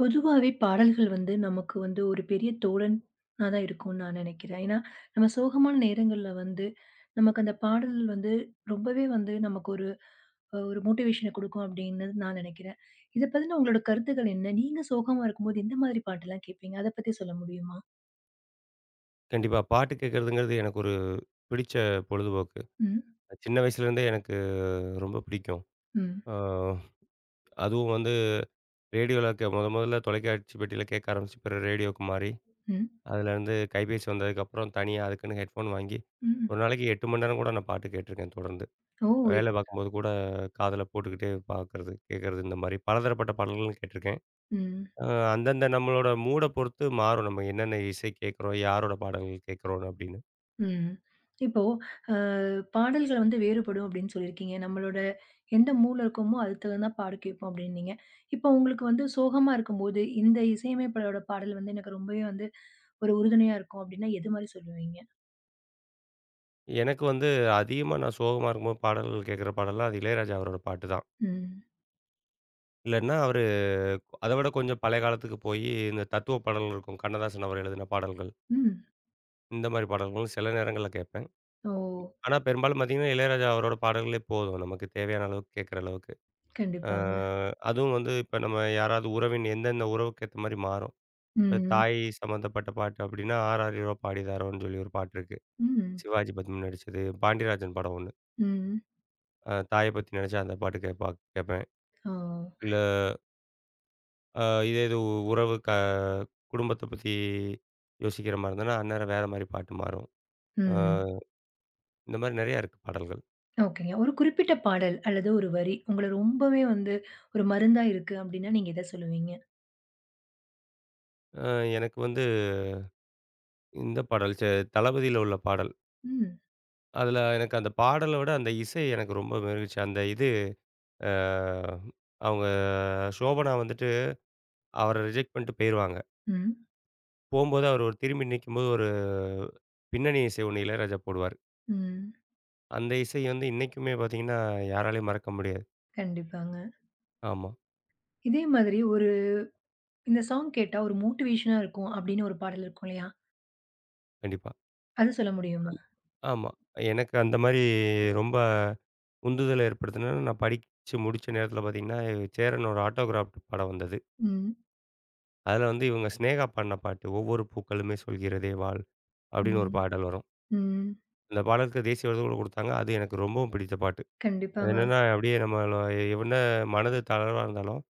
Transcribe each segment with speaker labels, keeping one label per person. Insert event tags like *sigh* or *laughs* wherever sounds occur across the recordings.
Speaker 1: பொதுவாவே பாடல்கள் வந்து நமக்கு வந்து ஒரு பெரிய தோழனா தான் இருக்கும்னு நான் நினைக்கிறேன். ஏன்னா, நம்ம சோகமான நேரங்கள்ல வந்து நமக்கு அந்த பாடல் வந்து ரொம்பவே வந்து நமக்கு ஒரு ஒரு மோட்டிவேஷன குடுக்கும் அப்படின்னு நான் நினைக்கிறேன். இத பத்தின உங்களோட கருத்துக்கள் என்ன? நீங்க சோகமா இருக்கும்போது எந்த மாதிரி பாட்டெல்லாம் கேட்பீங்க? அத பத்தி சொல்ல முடியுமா?
Speaker 2: கண்டிப்பா. பாட்டு கேட்கிறதுங்கிறது எனக்கு ஒரு பிடிச்ச பொழுதுபோக்கு.
Speaker 1: ம்,
Speaker 2: சின்ன வயசுலேருந்தே எனக்கு ரொம்ப பிடிக்கும்.
Speaker 1: ம்,
Speaker 2: ஆ அதுவும் வந்து ரேடியோல மொதல்ல தொலைக்காட்சி பெட்டியில கேட்க ஆரம்பிச்சு, பிறகு ரேடியோவுக்கு மாறி,
Speaker 1: ம்,
Speaker 2: அதுலேருந்து கைபேசி வந்ததுக்கப்புறம் தனியா அதுக்குன்னு ஹெட்ஃபோன் வாங்கி,
Speaker 1: ம்.
Speaker 2: ஒரு நாளைக்கு 8 மணி நேரம் கூட நான் பாட்டு கேட்டுருக்கேன் தொடர்ந்து.
Speaker 1: ஓ! இ
Speaker 2: வேலை பார்க்கும்போது கூட காதுல போட்டுக்கிட்டே பார்க்கறது, கேட்கறது இந்த மாரி பலதரப்பட்ட பாடல்களும் கேட்டுருக்கேன்.
Speaker 1: ம்.
Speaker 2: அ அந்தந்த நம்மளோட மூட பொறுத்து மாறும். நம்ம என்னென்ன இசை கேட்கிறோம், யாரோட பாடல்கள் கேட்கிறோம் அப்படின்னு.
Speaker 1: ம். இப்போ அ பாடல்கள் வந்து வேறுபடும் அப்படின்னு சொல்லியிருக்கீங்க. நம்மளோட எந்த மூள இருக்கமோ, அதுக்கு தகுந்தா பாட கேட்போம் அப்படின்னீங்க. இப்போ உங்களுக்கு வந்து சோகமா இருக்கும்போது, இந்த இசையமைப்பாளரோட பாடல் வந்து எனக்கு ரொம்பவே வந்து ஒரு உறுதுணையா இருக்கும் அப்படின்னா, எது மாரி சொல்லுவீங்க?
Speaker 2: எனக்கு வந்து அதிகமா நான் சோகமா இருக்கும்போது பாடல்கள் கேட்குற பாடல்லாம் அது இளையராஜா அவரோட பாட்டு தான்.
Speaker 1: ம்.
Speaker 2: இல்லன்னா அவரு அத விட கொஞ்சம் பழைய காலத்துக்கு போயி, இந்த தத்துவ பாடல்கள் இருக்கும். கண்ணதாசன் அவர் எழுதின பாடல்கள்.
Speaker 1: ம்.
Speaker 2: இந்த மாரி பாடல்களும் சில நேரங்கள்ல கேட்பேன்.
Speaker 1: ஓ!
Speaker 2: ஆனா பெரும்பாலும் பார்த்தீங்கன்னா, இளையராஜா அவரோட பாடல்களே போதும். நமக்கு தேவையான அளவுக்கு கேட்குற அளவுக்கு. ஆ
Speaker 1: கண்டிப்பாங்க.
Speaker 2: அதுவும் வந்து இப்ப நம்ம யாராவது உறவின் எந்தெந்த உறவுக்கு ஏத்த மாரி மாறும். இப்ப
Speaker 1: ம்.
Speaker 2: தாய் சம்மந்தப்பட்ட பாட்டு அப்டின்னா, "ஆராரிரோ பாடிதாரோன்னு" சொல்லி ஒரு பாட்டு இருக்கு.
Speaker 1: ம்.
Speaker 2: சிவாஜி பத்மன் நடிச்சது. பாண்டியராஜன் படம் ஒண்ணு.
Speaker 1: ம்.
Speaker 2: தாய பத்தி நெனச்சா அந்த பாட்டு கேட்பேன்.
Speaker 1: ஓ!
Speaker 2: இல்ல, அ இது உறவு குடும்பத்த பத்தி யோசிக்கிற மாரி இருந்ததுன்னா, அந்நேரம் வேற மாரி பாட்டு மாறும். அ
Speaker 1: ம்.
Speaker 2: இந்த மாரி நெறையா இருக்கு பாடல்கள்.
Speaker 1: ஓகேங்க. ஒரு குறிப்பிட்ட பாடல் அல்லது ஒரு வரி உங்கள ரொம்பவே வந்து ஒரு மருந்தா இருக்கு அப்படின்னா, நீங்க எத சொல்லுவீங்க?
Speaker 2: அ எனக்கு வந்து இந்த பாடல் தளபதியில உள்ள பாடல்.
Speaker 1: ம்.
Speaker 2: அதுல எனக்கு அந்த பாடல விட அந்த இசை எனக்கு ரொம்ப மெருகுச்சு. அந்த இது அ அவங்க சோபனா வந்துட்டு அவர ரிஜெக்ட் பண்ணிட்டு போயிருவாங்க.
Speaker 1: ம்.
Speaker 2: போம்போது அவர் ஒரு திரும்பி நிக்கும்போது ஒரு பின்னணி இசை ஒண்ணு இளையராஜா போடுவாரு.
Speaker 1: ம்.
Speaker 2: அந்த இசை வந்து இன்னைக்குமே பார்த்தீங்கன்னா, யாராலயும் மறக்க முடியாது.
Speaker 1: கண்டிப்பாங்க.
Speaker 2: ஆமா,
Speaker 1: இதே மாதிரி ஒரு இந்த சாங் கேட்டா ஒரு மோட்டிவேஷனா இருக்கும் அப்படின்னு ஒரு பாடல் இருக்கும் இல்லையா?
Speaker 2: கண்டிப்பா.
Speaker 1: அது சொல்ல முடியுமா?
Speaker 2: ஆமா. எனக்கு அந்த மாரி ரொம்ப உந்துதல் ஏற்படுத்துனது, நான் படிச்சு முடிச்ச நேரத்தில பார்த்தீங்கன்னா, சேரன் ஒரு ஆட்டோகிராஃப்ட் படம் வந்தது.
Speaker 1: ம்.
Speaker 2: அதில வந்து இவங்க சினேகா பாடுன பாட்டு, "ஒவ்வொரு பூக்களுமே சொல்கிறதே வாழ்" அப்படின்னு ஒரு
Speaker 1: ம்.
Speaker 2: பாடல் வரும்.
Speaker 1: ம்.
Speaker 2: அந்த பாடலுக்கு தேசிய விருது கூட குடுத்தாங்க. அது எனக்கு ரொம்பவும் பிடித்த பாட்டு. அது
Speaker 1: கண்டிப்பாங்க.
Speaker 2: என்னன்னா, அப்படியே நம்மள என்ன மனது தளர்வா இருந்தாலும்,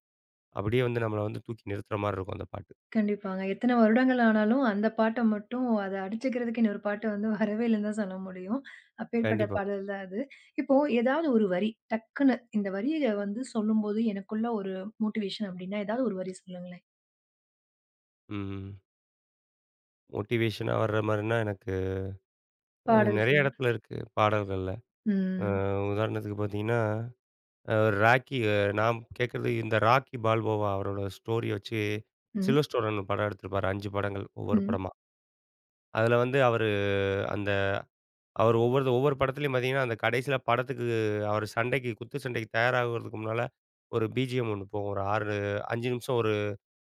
Speaker 2: அப்படியே வந்து நம்மள வந்து தூக்கி நிறுத்துற மாரி இருக்கும் அந்த பாட்டு.
Speaker 1: கண்டிப்பாங்க. எத்தன வருடங்கள் ஆனாலும் அந்த பாட்ட மட்டும் அத அடிச்சுக்கிறதுக்கு இன்னொரு பாட்டு வந்து வரவே இல்லன்னு தான் சொல்ல முடியும். அப்பேற்பட்ட
Speaker 2: கண்டிப்பா.
Speaker 1: பாடல் தான் அது. இப்போ ஏதாவது ஒரு வரி டக்குன்னு இந்த வரிய வந்து சொல்லும்போது எனக்குள்ள ஒரு மோட்டிவேஷன் அப்படின்னா ஏதாவது ஒரு வரி சொல்லுங்களேன்.
Speaker 2: ம். மோட்டிவேஷனா வர்ற மாரின்னா, எனக்கு நெறைய
Speaker 1: பாடல்கள்.
Speaker 2: இடத்துல இருக்கு பாடல்கள்ல. அ
Speaker 1: ம்.
Speaker 2: உதாரணத்துக்கு பார்த்தீங்கன்னா ஒரு ராக்கி, நான் கேட்கறது இந்த ராக்கி பால்போவா அவரோட ஸ்டோரி வச்சு
Speaker 1: ம்.
Speaker 2: சில்வர் ஸ்டோரன் படம் எடுத்திருப்பாரு. 5 படங்கள், ஒவ்வொரு
Speaker 1: ம்.
Speaker 2: படமா. அதில வந்து அவரு அந்த அவர் ஒவ்வொரு ஒவ்வொரு படத்துலயும் பார்த்தீங்கன்னா, அந்த கடைசியில படத்துக்கு அவர் சண்டைக்கு குத்து சண்டைக்கு தயாராகுறதுக்கு முன்னால ஒரு பிஜிஎம் ஒண்ணு போகும். ஒரு 6 5 நிமிஷம் ஒரு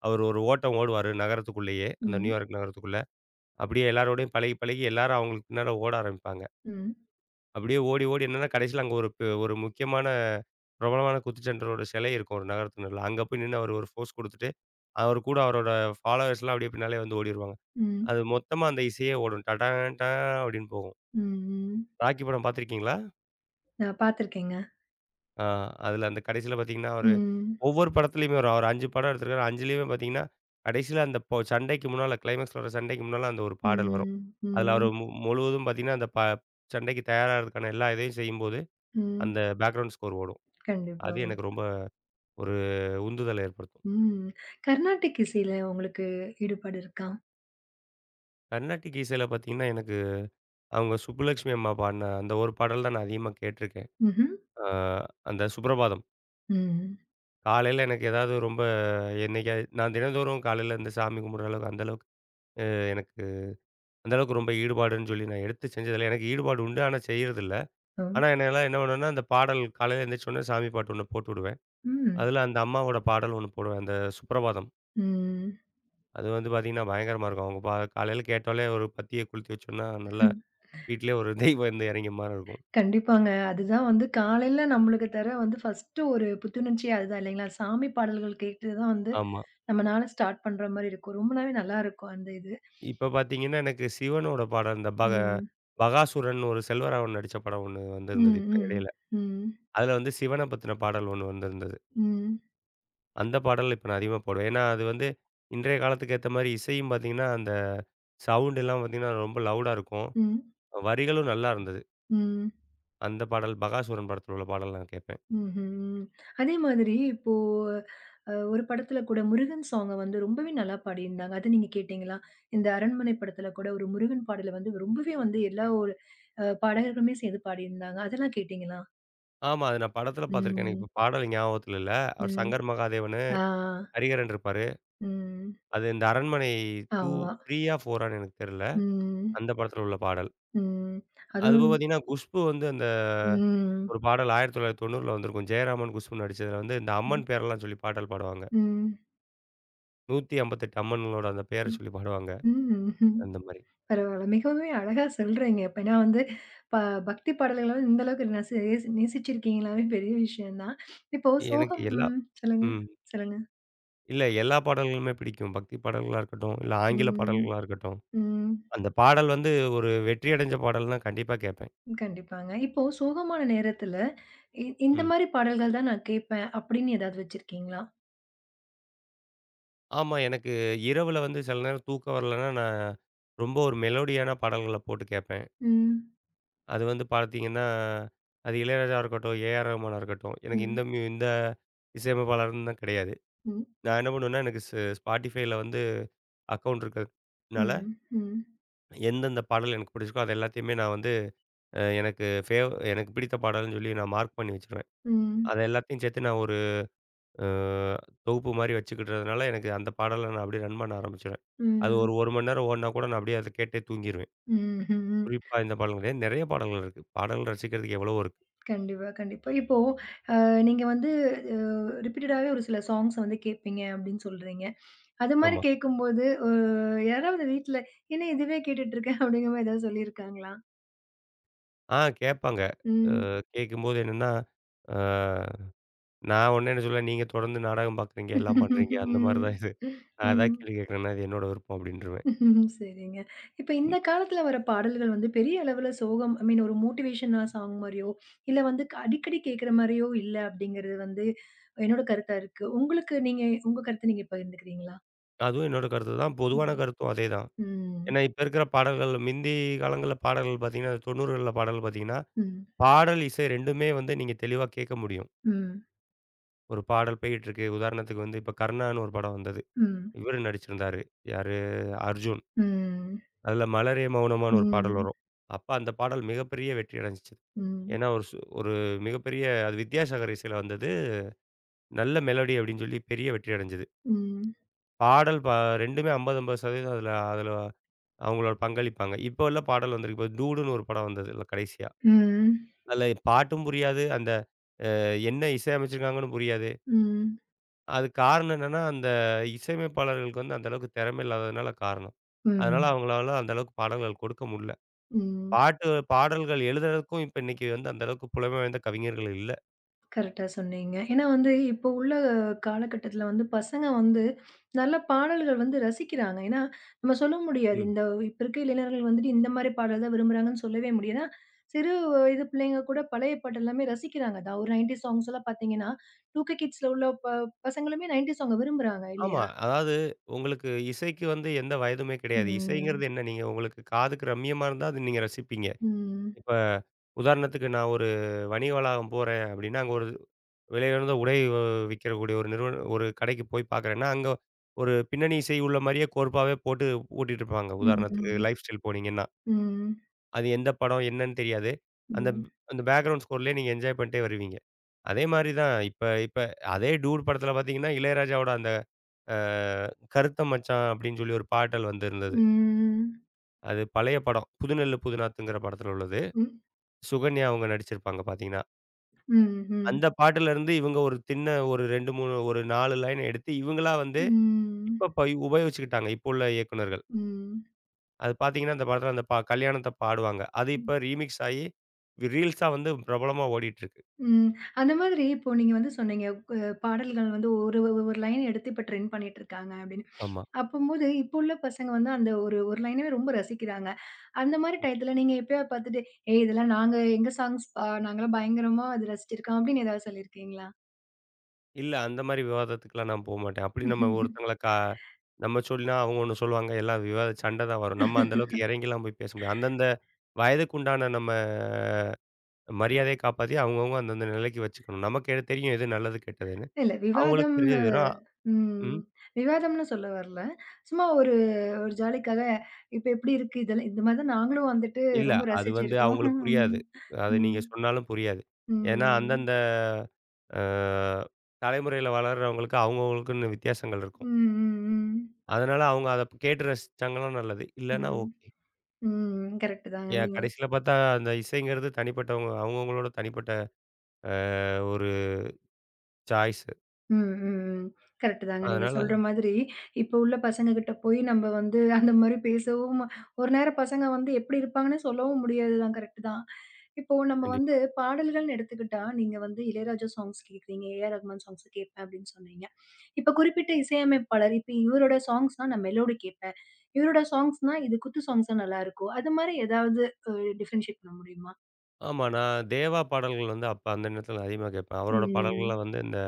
Speaker 2: அவர் ஒரு ஓட்டம் ஓடுவாரு நகரத்துக்குள்ளேயே. அந்த
Speaker 1: ம்.
Speaker 2: நியூயார்க் நகரத்துக்குள்ள. அப்படியே எல்லாரோடையும் பழகி, பழகி எல்லாரும் அவங்களுக்கு பின்னால ஓட ஆரம்பிப்பாங்க.
Speaker 1: ம். ம்.
Speaker 2: அப்படியே ஓடி, ஓடி என்னன்னா கடைசியில அங்க ஒரு ஒரு முக்கியமான பிரபலமான குத்துச்சண்டரோட சிலை இருக்கும் ஒரு நகரத்து நடுவுல. அங்க போய் நின்னு அவரு ஒரு போஸ் குடுத்துட்டு, அவரு கூட அவரோட ஃபாலோவர்ஸ்லாம் அப்படியே பின்னாலயே வந்து ஓடிருவாங்க.
Speaker 1: ம்.
Speaker 2: அது மொத்தமா அந்த இசையே ஓடும். டடான் டா அப்படின்னு போகும்.
Speaker 1: ம்.
Speaker 2: ராக்கி படம் பார்த்துருக்கீங்களா?
Speaker 1: நான் பார்த்துருக்கேங்க.
Speaker 2: ஆ அதுல அந்த கடைசியில பார்த்தீங்கன்னா, அவரு
Speaker 1: ம்.
Speaker 2: ஒவ்வொரு படத்துலயுமே வரும். அவர் 5 படம் எடுத்திருக்காரு. 5லயுமே பார்த்தீங்கன்னா, கடைசியில அந்த போ சண்டைக்கு முன்னால கிளைமாக்ஸ்ல வர சண்டைக்கு முன்னால அந்த ஒரு பாடல் வரும்.
Speaker 1: ம்,
Speaker 2: அதுல அவரு
Speaker 1: ம்,
Speaker 2: முழுவதும் பார்த்தீங்கன்னா, அந்த சண்டைக்கு தயாராகறதுக்கான எல்லா இதையும் செய்யும்போது,
Speaker 1: ம்.
Speaker 2: அந்த பேக்கிரவுண்ட் ஸ்கோர் ஓடும். அது
Speaker 1: கண்டிப்பாக.
Speaker 2: எனக்கு ரொம்ப ஒரு உந்துதலை ஏற்படுத்தும்.
Speaker 1: ம். கர்நாடிக் இசையில உங்களுக்கு ஈடுபாடு இருக்கா?
Speaker 2: கர்நாட்டிக் இசையில பார்த்தீங்கன்னா, எனக்கு அவங்க சுப்புலட்சுமி அம்மா பாடுன அந்த ஒரு பாடல் தான் நான் அதிகமா கேட்டுருக்கேன்.
Speaker 1: ம்ஹ்ம்.
Speaker 2: ஆ அந்த சுப்ரபாதம்.
Speaker 1: ம்.
Speaker 2: காலையில எனக்கு ஏதாவது ரொம்ப என்னைக்காவது நான் தினந்தோறும் காலையில இந்த சாமி கும்பிடுற அளவுக்கு அந்த அளவுக்கு அ எனக்கு அந்த அளவுக்கு ரொம்ப ஈடுபாடுன்னு சொல்லி நான் எடுத்து செஞ்சதில்ல. எனக்கு ஈடுபாடு உண்டு. ஆனா செய்றதில்ல.
Speaker 1: ஓ!
Speaker 2: ஆனா என்னால என்ன பண்ணுவேன்னா, அந்த பாடல் காலையில எந்திரிச்சோனே சாமி பாட்டு ஒண்ணு போட்டு விடுவேன்.
Speaker 1: ம்.
Speaker 2: அதில அந்த அம்மாவோட பாடல் ஒண்ணு போடுவேன். அந்த சுப்ரபாதம்.
Speaker 1: ம்.
Speaker 2: அது வந்து பார்த்தீங்கன்னா, பயங்கரமா இருக்கும். அவங்க பா காலையில கேட்டாலே ஒரு பத்திய கொளுத்தி வச்சோம்னா, நல்ல
Speaker 1: ம்.
Speaker 2: வீட்லயே ஒரு தெய்வம் வந்து இறங்கிய மாரி இருக்கும்.
Speaker 1: கண்டிப்பாங்க. அதுதான் வந்து காலையில நம்மளுக்கு தர வந்து ஃபர்ஸ்ட்டு ஒரு புத்துணர்ச்சியே அதுதான் இல்லைங்களா? சாமி பாடல்கள் கேட்டு தான் வந்து
Speaker 2: ஆமா.
Speaker 1: நம்ம நாள ஸ்டார்ட் பண்ற மாரி இருக்கும். ரொம்ப நாளே நல்லா இருக்கும் அந்த இது.
Speaker 2: இப்ப பார்த்தீங்கன்னா, எனக்கு சிவனோட பாடல் இந்த
Speaker 1: ம்.
Speaker 2: பகாசுரன் ஒரு செல்வராகவன் நடிச்ச படம் ஒண்ணு வந்திருந்தது
Speaker 1: ம்,
Speaker 2: இப்ப
Speaker 1: ம்,
Speaker 2: இடையில.
Speaker 1: ம்,
Speaker 2: அதுல வந்து சிவன பத்தின பாடல் ஒண்ணு வந்திருந்தது.
Speaker 1: ம்,
Speaker 2: அந்த பாடல் இப்ப நான் அதிகமா போடுவேன். ஏன்னா, அது வந்து இன்றைய காலத்துக்கு ஏத்த மாரி இசையும் பார்த்தீங்கன்னா, அந்த சவுண்ட் எல்லாம் பார்த்தீங்கன்னா, ரொம்ப லவுடா இருக்கும்.
Speaker 1: ம்,
Speaker 2: வரிகளும் நல்லா இருந்தது.
Speaker 1: ம்,
Speaker 2: அந்த பாடல் பகாசுரன் படத்துல உள்ள பாடல் நான் கேட்பேன்.
Speaker 1: ம்ஹ்ம். அதே மாதிரி இப்போ ஒரு படத்துல கூட முருகன் சாங்க வந்து ரொம்பவே நல்லா பாடியிருந்தாங்க. அது நீங்க கேட்டீங்களா? இந்த அரண்மனை படத்துல கூட ஒரு முருகன் பாடல வந்து ரொம்பவே வந்து எல்லா ஒரு பாடகர்களுமே சேர்ந்து பாடியிருந்தாங்க. அதெல்லாம் கேட்டீங்களா?
Speaker 2: ஆமா. அது நான் படத்துல பார்த்துருக்கேன். எனக்கு
Speaker 1: ம்.
Speaker 2: இப்ப பாடல் ஞாபகத்துல இல்ல. அவர்
Speaker 1: ம்.
Speaker 2: சங்கர் மகாதேவனு,
Speaker 1: ஆ.
Speaker 2: ஹரிஹரன் இருப்பாரு.
Speaker 1: ம்.
Speaker 2: அது இந்த அரண்மனை 2,
Speaker 1: ஆமா.
Speaker 2: 3யா 4ஆன்னு எனக்கு தெரியல.
Speaker 1: ம்.
Speaker 2: அந்த படத்துல உள்ள பாடல்.
Speaker 1: ம்.
Speaker 2: அதுபோக
Speaker 1: அதுவும்
Speaker 2: பார்த்தீங்கன்னா, குஷ்பு வந்து அந்த
Speaker 1: ம்.
Speaker 2: ஒரு பாடல் 1990ல வந்திருக்கும். ஜெயராமன், குஷ்பு நடிச்சதுல வந்து இந்த
Speaker 1: ம்.
Speaker 2: அம்மன் பேரெல்லாம் சொல்லி பாடல் பாடுவாங்க.
Speaker 1: ம்.
Speaker 2: 158 அம்மன்களோட அந்த பேர சொல்லி பாடுவாங்க.
Speaker 1: ம். ம்.
Speaker 2: அந்த மாரி.
Speaker 1: பரவால்ல. மிகவுமே அழகா சொல்றீங்க. அப்ப ஏன்னா வந்து ப பக்தி பாடல்கள இந்த அளவுக்கு நேசிச்சிருக்கீங்களாவே பெரிய விஷயம் தான். இப்போ
Speaker 2: எனக்கு
Speaker 1: சோகம்
Speaker 2: எல்லா
Speaker 1: ம். சொல்லுங்க,
Speaker 2: ம்.
Speaker 1: சொல்லுங்க.
Speaker 2: இல்ல, எல்லா பாடல்களுமே பிடிக்கும். பக்தி பாடல்களா இருக்கட்டும், இல்ல ஆங்கில
Speaker 1: ம்.
Speaker 2: பாடல்களா இருக்கட்டும்.
Speaker 1: ம்.
Speaker 2: அந்த பாடல் வந்து ஒரு வெற்றி அடைஞ்ச பாடல்னா கண்டிப்பா கேட்பேன்.
Speaker 1: கண்டிப்பாங்க. இப்போ சோகமான நேரத்துல, இந்த
Speaker 2: ம்.
Speaker 1: மாரி பாடல்கள் தான் நான் கேட்பேன் அப்படின்னு ஏதாவது வச்சிருக்கீங்களா?
Speaker 2: ஆமா. எனக்கு இரவுல வந்து சில நேரம் தூக்கம் வரலன்னா, நான் ரொம்ப ஒரு மெலோடியான பாடல்கள போட்டு கேட்பேன்.
Speaker 1: ம்.
Speaker 2: அது வந்து பார்த்தீங்கன்னா, அது இளையராஜாவா இருக்கட்டும், ஏஆர் ரகுமானா இருக்கட்டும். எனக்கு இந்த
Speaker 1: ம்.
Speaker 2: இந்த இசையமைப்பாளர்ன்னு தான் கிடையாது.
Speaker 1: ம்.
Speaker 2: நான் என்ன பண்ணுவேன்னா, எனக்கு Spotifyல வந்து அக்கவுண்ட் இருக்கிறதுனால,
Speaker 1: ம். ம்.
Speaker 2: எந்தெந்த பாடல் எனக்கு பிடிச்சிருக்கோ, அது எல்லாத்தையுமே நான் வந்து எனக்கு பிடித்த பாடல்ன்னு சொல்லி நான் மார்க் பண்ணி வச்சுருவேன். அது
Speaker 1: ம்.
Speaker 2: எல்லாத்தையும் சேர்த்து நான் ஒரு அ தொகுப்பு மாரி வச்சுக்கிட்டதுனால, எனக்கு அந்த பாடல நான் அப்படியே ரன் பண்ண ஆரம்பிச்சுருவேன். அது
Speaker 1: ம்.
Speaker 2: ஒரு 1 மணி நேரம் ஓடுனா கூட நான் அப்படியே அத கேட்டே தூங்கிருவேன்.
Speaker 1: ம்ஹ்ம்.
Speaker 2: குறிப்பா இந்த பாடல் கிடையாது. நெறைய பாடல்கள் இருக்கு. பாடல் ரசிக்கிறதுக்கு எவ்வளவோ இருக்கு.
Speaker 1: கண்டிப்பா, கண்டிப்பா. இப்போ நீங்க வந்து அ ரிப்பீட்டடாவே ஒரு சில சாங்ஸ் வந்து கேட்பீங்க அப்படின்னு சொல்றீங்க. அது மாரி
Speaker 2: ஆமா.
Speaker 1: கேட்கும்போது யாராவது வீட்ல, "என்ன இதுவே கேட்டுட்டு இருக்க?" அப்படிங்கிற மாரி ஏதாவது சொல்லியிருக்காங்களா?
Speaker 2: கேட்பாங்க. அ
Speaker 1: ம்.
Speaker 2: கேட்கும்போது என்னன்னா, அ நான் உடனே என்ன சொல்லுவேன், "நீங்க தொடர்ந்து நாடகம் பார்க்குறீங்க, எல்லாம் பண்றீங்க. அந்த மாரி
Speaker 1: ம்.
Speaker 2: தான் இது. நான் எதாவது
Speaker 1: ம்.
Speaker 2: கேள்வி கேட்கறேன்னா, அது என்னோட விருப்பம்" அப்படின்ருவேன்.
Speaker 1: ம்ஹ்ம். சரிங்க. இப்ப
Speaker 2: ம்.
Speaker 1: இந்த காலத்துல வர பாடல்கள் வந்து பெரிய அளவுல சோகம் ஐ மீன் ஒரு மோட்டிவேஷனா சாங் மாரியோ, இல்ல வந்து அடிக்கடி கேட்கிற மாரியோ இல்ல அப்படிங்கிறது வந்து என்னோட கருத்தா இருக்கு. உங்களுக்கு நீங்க உங்க கருத்த நீங்க பகிர்ந்துக்கிறீங்களா?
Speaker 2: அதுவும் என்னோட கருத்து தான். பொதுவான
Speaker 1: ம்.
Speaker 2: கருத்தும் அதே தான்.
Speaker 1: ம்.
Speaker 2: ஏன்னா இப்ப இருக்கிற பாடல்கள் மிந்தி காலங்கள்ல பாடல்கள் பார்த்தீங்கன்னா, 90கள்ல பாடல் பார்த்தீங்கன்னா,
Speaker 1: ம்.
Speaker 2: பாடல், இசை 2மே வந்து நீங்க தெளிவா கேட்க முடியும்.
Speaker 1: ம்.
Speaker 2: ஒரு பாடல் போயிட்டுருக்கு. உதாரணத்துக்கு வந்து இப்ப கர்ணான்னு ஒரு படம் வந்தது.
Speaker 1: ம்.
Speaker 2: இவரு நடிச்சிருந்தாரு. யாரு? அர்ஜுன்.
Speaker 1: ம்.
Speaker 2: அதுல "மலரே மௌனமான்னு" ஒரு பாடல்
Speaker 1: ம்.
Speaker 2: வரும். அப்ப அந்த பாடல் மிகப்பெரிய வெற்றி அடைஞ்சுச்சு.
Speaker 1: ம்.
Speaker 2: ஏன்னா, ஒரு ஒரு மிகப்பெரிய அது வித்யாசாகர் இசையில வந்தது. நல்ல மெலோடி அப்டின்னு சொல்லி பெரிய வெற்றி அடைஞ்சது.
Speaker 1: ம்.
Speaker 2: பாடல் 2மே 50, 50% அதுல அதுல அவங்களோட பங்களிப்பாங்க. இப்போ உள்ள பாடல் வந்திருக்கு. இப்ப டூடுன்னு ஒரு படம் வந்ததுல்ல கடைசியா.
Speaker 1: ம்.
Speaker 2: அதுல பாட்டும் புரியாது. அந்த என்ன இசையமைச்சிருக்காங்கன்னு புரியாது.
Speaker 1: ம்.
Speaker 2: அதுக்கு காரணம் என்னன்னா, அந்த இசையமைப்பாளர்களுக்கு வந்து அந்த அளவுக்கு திறமை இல்லாததுனால காரணம். அதனால
Speaker 1: ம்.
Speaker 2: அவங்களால அந்த அளவுக்கு பாடல்கள் கொடுக்க முடில.
Speaker 1: ம்.
Speaker 2: பாட்டு பாடல்கள் எழுதுறதுக்கும் இப்ப இன்னைக்கு வந்து அந்த அளவுக்கு புலமை வாய்ந்த கவிஞர்கள் இல்ல.
Speaker 1: கரெக்ட்டா சொன்னீங்க. ஏன்னா வந்து இப்போ உள்ள காலகட்டத்தில வந்து பசங்க வந்து நல்ல பாடல்கள் வந்து ரசிக்கிறாங்க. ஏன்னா நம்ம சொல்ல முடியாது.
Speaker 2: ம்.
Speaker 1: இந்த இப்ப இருக்க இளைஞர்கள் வந்துட்டு இந்த மாரி பாடல் தான் விரும்புறாங்கன்னு சொல்லவே முடியாது. ஏன்னா சிறு வயது பிள்ளைங்க கூட பழைய பாட்டு எல்லாமே ரசிக்கிறாங்க. அதான் ஒரு 90 சாங்ஸ் எல்லாம் பார்த்தீங்கன்னா, 2கே கிட்ஸ்ல உள்ள பசங்களுமே 90 சாங்க விரும்புறாங்க
Speaker 2: ஆமா.
Speaker 1: இல்லையா?
Speaker 2: அதாவது உங்களுக்கு இசைக்கு வந்து எந்த வயதுமே கிடையாது.
Speaker 1: ம்.
Speaker 2: இசைங்கிறது என்ன? நீங்க உங்களுக்கு காதுக்கு ரம்மியமா இருந்தா அது நீங்க ரசிப்பீங்க.
Speaker 1: ம்.
Speaker 2: இப்ப உதாரணத்துக்கு நான் ஒரு வணிக வளாகம் போறேன் அப்டின்னா, அங்க ஒரு விலையுயர்ந்த உடை விக்கக்கூடிய ஒரு நிறுவன ஒரு கடைக்கு போய் பார்க்குறேன்னா, அங்க ஒரு பின்னணி இசை உள்ள மாரியே கோர்ப்பாவே போட்டு ஓட்டிட்டு இருப்பாங்க. உதாரணத்துக்கு
Speaker 1: ம்.
Speaker 2: லைஃப் ஸ்டைல் போனீங்கன்னா,
Speaker 1: ம்.
Speaker 2: அது எந்த படம் என்னன்னு தெரியாது. அந்த
Speaker 1: ம்.
Speaker 2: அந்த பேக்கிரவுண்ட் ஸ்கோர்லயே நீங்க என்ஜாய் பண்ணிட்டே வருவீங்க. அதே மாரி தான் இப்ப இப்ப அதே டூட் படத்துல பார்த்தீங்கன்னா, இளையராஜாவோட அந்த அ "கருத்த மச்சான்" அப்படின்னு சொல்லி ஒரு பாடல் வந்திருந்தது.
Speaker 1: ம்.
Speaker 2: அது பழைய படம். "புதுநெல்லு புதுநாத்துங்கிற" படத்துல உள்ளது.
Speaker 1: ம்.
Speaker 2: சுகன்யா அவங்க நடிச்சிருப்பாங்க பார்த்தீங்கன்னா.
Speaker 1: ம்.
Speaker 2: அந்த பாட்டுலருந்து இவங்க ஒரு சின்ன ஒரு 2, 3 ஒரு 4 லைன் எடுத்து இவங்களா வந்து
Speaker 1: ம்.
Speaker 2: இப்ப உபயோகிச்சுக்கிட்டாங்க. இப்போ உள்ள இயக்குனர்கள்.
Speaker 1: ம்.
Speaker 2: அது பார்த்தீங்கன்னா, அந்த படத்துல அந்த கல்யாணத்த பாடுவாங்க. அது
Speaker 1: ம்.
Speaker 2: இப்ப ரீமிக்ஸ் ஆயி ரீல்ஸா வந்து பிரபலமா ஓடிட்டு இருக்கு.
Speaker 1: ம். அந்த மாதிரி இப்போ நீங்க வந்து சொன்னீங்க, அ பாடல்கள் வந்து ஒரு ஒரு லைன் எடுத்து இப்ப ட்ரெண்ட் பண்ணிட்டு இருக்காங்க அப்படின்னு.
Speaker 2: ஆமா.
Speaker 1: அப்பம்போது இப்போ உள்ள பசங்க வந்து அந்த ஒரு ஒரு லைனவே ரொம்ப ரசிக்கிறாங்க. அந்த மாரி டயத்துல நீங்க எப்பயாவது பார்த்துட்டு, "ஏய் இதெல்லாம் நாங்க எங்க சாங்ஸ் பா நாங்கலாம் பயங்கரமா அது ரசிச்சிருக்கோம்" அப்படின்னு ஏதாவது சொல்லியிருக்கீங்களா?
Speaker 2: இல்ல, அந்த மாரி விவாதத்துக்குலாம் நான் போமாட்டேன். அப்படி நம்ம ஒருத்தங்கள
Speaker 1: *laughs*
Speaker 2: நம்ம சொல்லினா அவங்க ஒண்ணு சொல்லுவாங்க. எல்லாம் விவாத சண்ட தான் வரும். நம்ம அந்த அளவுக்கு இறங்கிலாம் போய் பேச முடியாது. அந்தந்த வயதுக்கு உண்டான நம்ம மரியாதைய காப்பாத்தி அவங்கவங்க அந்தந்த நிலைக்கு வச்சுக்கணும். நமக்கு எது தெரியும் எது நல்லது கெட்டதுன்னு.
Speaker 1: இல்ல
Speaker 2: அவங்களுக்கு
Speaker 1: விவாதம்னு
Speaker 2: தெரிஞ்சது வெறும்
Speaker 1: ம்.
Speaker 2: ம்.
Speaker 1: விவாதம்னு சொல்ல வரல. சும்மா ஒரு ஒரு ஜாலிக்காக இப்ப எப்படி இருக்கு இதெல்லாம் இந்த மாரி தான் நாங்களும் வந்துட்டு
Speaker 2: இல்ல.
Speaker 1: ரொம்ப
Speaker 2: அது வந்து
Speaker 1: ரசிச்சிருக்கோம்.
Speaker 2: அவங்களுக்கு
Speaker 1: *laughs*
Speaker 2: புரியாது.
Speaker 1: ம்,
Speaker 2: அது
Speaker 1: ம்.
Speaker 2: நீங்க சொன்னாலும் புரியாது. ஏன்னா
Speaker 1: ம்.
Speaker 2: அந்தந்த அ தலைமுறையில வளர்றவங்களுக்கு அவங்கவங்களுக்குன்னு வித்தியாசங்கள் இருக்கும்.
Speaker 1: ம், ம்,
Speaker 2: அதனால அவங்க அத கேட்டு ரசிச்சாங்கன்னா நல்லது. இல்லன்னா
Speaker 1: ம்.
Speaker 2: ஓகே.
Speaker 1: ம், ம். கரெக்ட்டு தாங்க.
Speaker 2: ஏன்
Speaker 1: நீங்க
Speaker 2: கடைசியில பார்த்தா, அந்த இசைங்கிறது தனிப்பட்டவங்க அவங்கவங்களோட தனிப்பட்ட ஒரு சாய்ஸ்.
Speaker 1: ம், ம், ம். கரெக்ட்டு தாங்க. நீங்க
Speaker 2: அதனால
Speaker 1: சொல்ற மாதிரி, இப்ப உள்ள பசங்ககிட்ட போய் நம்ம வந்து அந்த மாரி பேசவும் ஒரு நேரம் பசங்க வந்து எப்டி இருப்பாங்கன்னு சொல்லவும் முடியாது தான். கரெக்ட்டு தான். இப்போ நம்ம
Speaker 2: கண்டிப்பா.
Speaker 1: வந்து பாடல்கள்னு எடுத்துக்கிட்டா, நீங்க வந்து இளையராஜா சாங்ஸ் கேட்குறீங்க, ஏ ஆர் ரகுமான் சாங்ஸ் கேட்பேன் அப்டின்னு சொன்னீங்க. இப்ப குறிப்பிட்ட இசையமைப்பாளர், இப்ப இவரோட சாங்ஸ்னா நான் மெலோடி கேட்பேன். இவரோட சாங்ஸ்னா இது குத்து சாங்ஸா நல்லாருக்கும். அது மாரி ஏதாவது அ டிஃபரன்ஷியேட் பண்ண முடியுமா?
Speaker 2: ஆமா, நான் தேவா பாடல்கள் வந்து அப்ப அந்த நேரத்தில அதிகமா கேட்பேன். அவரோட
Speaker 1: ம்,
Speaker 2: பாடல்கள்லாம் வந்து இந்த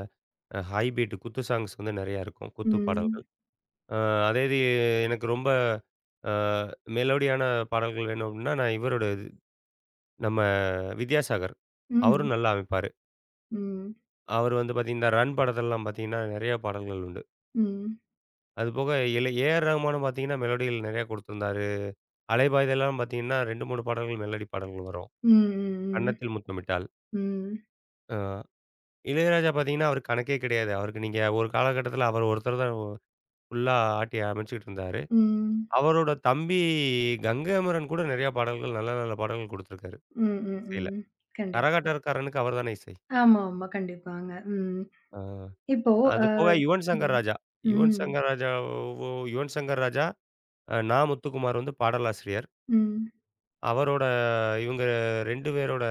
Speaker 2: ஹை பீட் குத்து சாங்ஸ் வந்து நெறையா இருக்கும். குத்து
Speaker 1: ம்.
Speaker 2: பாடல்கள். அ அதே இது எனக்கு ரொம்ப அ மெலோடியான பாடல்கள் வேணும் அப்டின்னா, நான் இவரோட இது நம்ம வித்யாசாகர்.
Speaker 1: Mm,
Speaker 2: அவரும் நல்லா அமைப்பாரு.
Speaker 1: mm,
Speaker 2: அவர் வந்து பார்த்தீங்கன்னா, ரன் படத்துலலாம் பார்த்தீங்கன்னா, நெறைய பாடல்கள் உண்டு.
Speaker 1: mm.
Speaker 2: அதுபோக இல ஏ.ஆர். ரஹ்மானும் பார்த்தீங்கன்னா, மெலோடிகள் நெறையா கொடுத்திருந்தாரு. அலைபாயுதேலாம் பார்த்தீங்கன்னா 2, 3 பாடல்கள் மெலடி பாடல்கள் வரும்.
Speaker 1: ம், ம்,
Speaker 2: கன்னத்தில் முத்தமிட்டால்.
Speaker 1: ம்,
Speaker 2: அ இளையராஜா பார்த்தீங்கன்னா, அவருக்கு கணக்கே கிடையாது. அவருக்கு நீங்க ஒரு காலகட்டத்தில அவர் ஒருத்தர் தான் ஃபுல்லா ஆட்டி அமைச்சுக்கிட்டு இருந்தாரு.
Speaker 1: ம்,
Speaker 2: அவரோட தம்பி கங்கமரன் கூட நெறையா பாடல்கள் நல்ல நல்ல பாடல்கள் குடுத்துருக்காரு
Speaker 1: ம், ம்,
Speaker 2: இசையில.
Speaker 1: ம். கண்டிப்பா.
Speaker 2: கரகாட்டக்காரனுக்கு அவர் தானே இசை.
Speaker 1: ஆமா, ஆமா. கண்டிப்பாங்க. ம்.
Speaker 2: அ
Speaker 1: இப்போ
Speaker 2: அது
Speaker 1: அ
Speaker 2: போக யுவன் சங்கர்
Speaker 1: ம்,
Speaker 2: ராஜா. யுவன்
Speaker 1: ம்,
Speaker 2: சங்கர் ராஜா வ் யுவன் சங்கர் ராஜா, நா. முத்துக்குமார் வந்து பாடலாசிரியர்.
Speaker 1: ம்,
Speaker 2: அவரோட இவங்க 2 பேரோட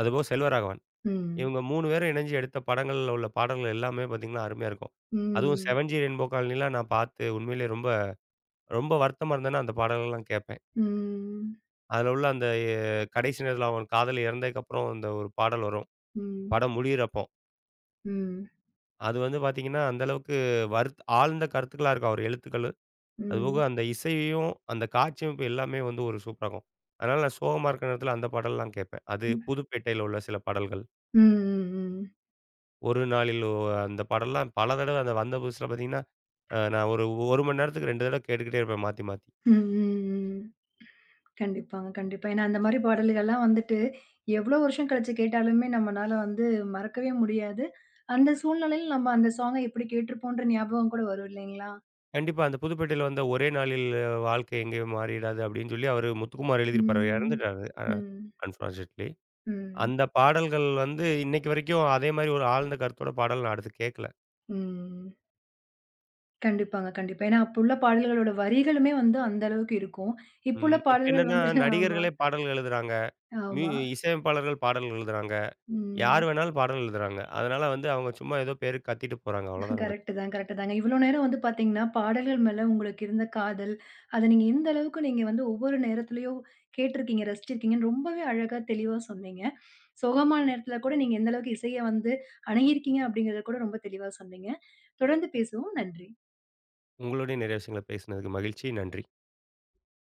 Speaker 2: அதுபோக செல்வராகவன்.
Speaker 1: ம்,
Speaker 2: இவங்க 3 பேரும் இணைஞ்சு எடுத்த படங்கள்ல உள்ள பாடல்கள் எல்லாமே பார்த்தீங்கன்னா, அருமையா இருக்கும். அதுவும்
Speaker 1: ம்,
Speaker 2: 7ஜி ரெயின்போ காலனிலாம் நான் பார்த்து உண்மையிலேயே ரொம்ப ரொம்ப வருத்தமா இருந்தேன்னா, அந்த பாடல்கள்லாம் கேட்பேன்.
Speaker 1: ம், ம்,
Speaker 2: அதில உள்ள அந்த எ கடைசி நேரத்தில அவன் காதலி இறந்ததுக்கப்புறம் அந்த ஒரு பாடல் வரும்.
Speaker 1: ம்,
Speaker 2: படம் முடியிறப்போ.
Speaker 1: ம்,
Speaker 2: அது வந்து பார்த்தீங்கன்னா, அந்த அளவுக்கு ஆழ்ந்த கருத்துக்களா இருக்கும் அவர் எழுத்துக்கள்.
Speaker 1: ம்,
Speaker 2: அதுபோக
Speaker 1: ம்,
Speaker 2: அந்த இசையையும், அந்த காட்சி அமைப்பு எல்லாமே வந்து ஒரு சூப்பரா இருக்கும். அதனால நான் சோகமா இருக்கிற நேரத்தில அந்த பாடல்லாம் கேட்பேன். அது புதுப்பேட்டையில உள்ள சில பாடல்கள்.
Speaker 1: ம், ம், ம்.
Speaker 2: ஒரு நாளில் ஓ அந்த பாடல்லாம் பல தடவ அந்த வந்த புதுசுல பார்த்தீங்கன்னா நான் ஒரு 1 மணி நேரத்துக்கு 2 தடவ கேட்டுக்கிட்டே இருப்பேன் மாத்தி, மாத்தி.
Speaker 1: ம். கண்டிப்பாங்க, கண்டிப்பா. ஏன்னா அந்த மாரி பாடல்கள்லாம் வந்துட்டு, எவ்ளோ வருஷம் கழிச்சு கேட்டாலுமே நம்மனால வந்து மறக்கவே முடியாது. அந்த சூழ்நிலையில நம்ம அந்த சாங்க எப்படி கேட்டுருப்போன்ற ஞாபகம் கூட வரும் இல்லைங்களா?
Speaker 2: கண்டிப்பா அந்த புதுப்பேட்டையில வந்த ஒரே நாளில் வாழ்க்கை எங்கேயும் மாறிடாது அப்படின்னு சொல்லி அவரு முத்துக்குமார் எழுதியிருப்பாரு. அவரு
Speaker 1: ம்.
Speaker 2: இறந்துட்டாரு.
Speaker 1: ம்.
Speaker 2: அன்பார்ச்சுனேட்லி.
Speaker 1: ம்.
Speaker 2: அந்த பாடல்கள் வந்து இன்னைக்கு வரைக்கும் அதே மாரி ஒரு ஆழ்ந்த கருத்தோட பாடல் நான் அடுத்து கேட்கல.
Speaker 1: ம். கண்டிப்பாங்க, கண்டிப்பா. ஏன்னா, அப்ப உள்ள பாடல்களோட வரிகளுமே வந்து அந்த அளவுக்கு இருக்கும். இப்ப உள்ள
Speaker 2: இப்ப
Speaker 1: பாடல்கள்
Speaker 2: என்னன்னா
Speaker 1: வந்து *laughs* ஆமா,
Speaker 2: நடிகர்களே பாடல்கள் எழுதுறாங்க. மியூ
Speaker 1: ஆமா.
Speaker 2: இசையமைப்பாளர்கள் பாடல்கள் எழுதுறாங்க. யார்
Speaker 1: ம்.
Speaker 2: வேணாலும் பாடல் எழுதுறாங்க. அதனால வந்து அவங்க சும்மா ஏதோ பேருக்கு கத்திட்டு போறாங்க. அவ்வளோதான் நடக்குது.
Speaker 1: கரெக்ட்டு தான், கரெக்ட்டு தாங்க. இவ்ளோ நேரம் வந்து பார்த்தீங்கன்னா, பாடல்கள் மேல உங்களுக்கு இருந்த காதல், அத நீங்க எந்த அளவுக்கு நீங்க வந்து ஒவ்வொரு நேரத்துலயும் கேட்டிருக்கீங்க, ரசிச்சிருக்கீங்கன்னு ரொம்பவே அழகா தெளிவா சொன்னீங்க. சோகமான நேரத்துல கூட நீங்க எந்த அளவுக்கு இசைய வந்து அணுகியிருக்கீங்க அப்படிங்கிறத கூட ரொம்ப தெளிவா சொன்னீங்க. தொடர்ந்து பேசுவோம். நன்றி.
Speaker 2: உங்களோடயும் நிறைய விஷயங்கள பேசினதுக்கு மகிழ்ச்சி. நன்றி.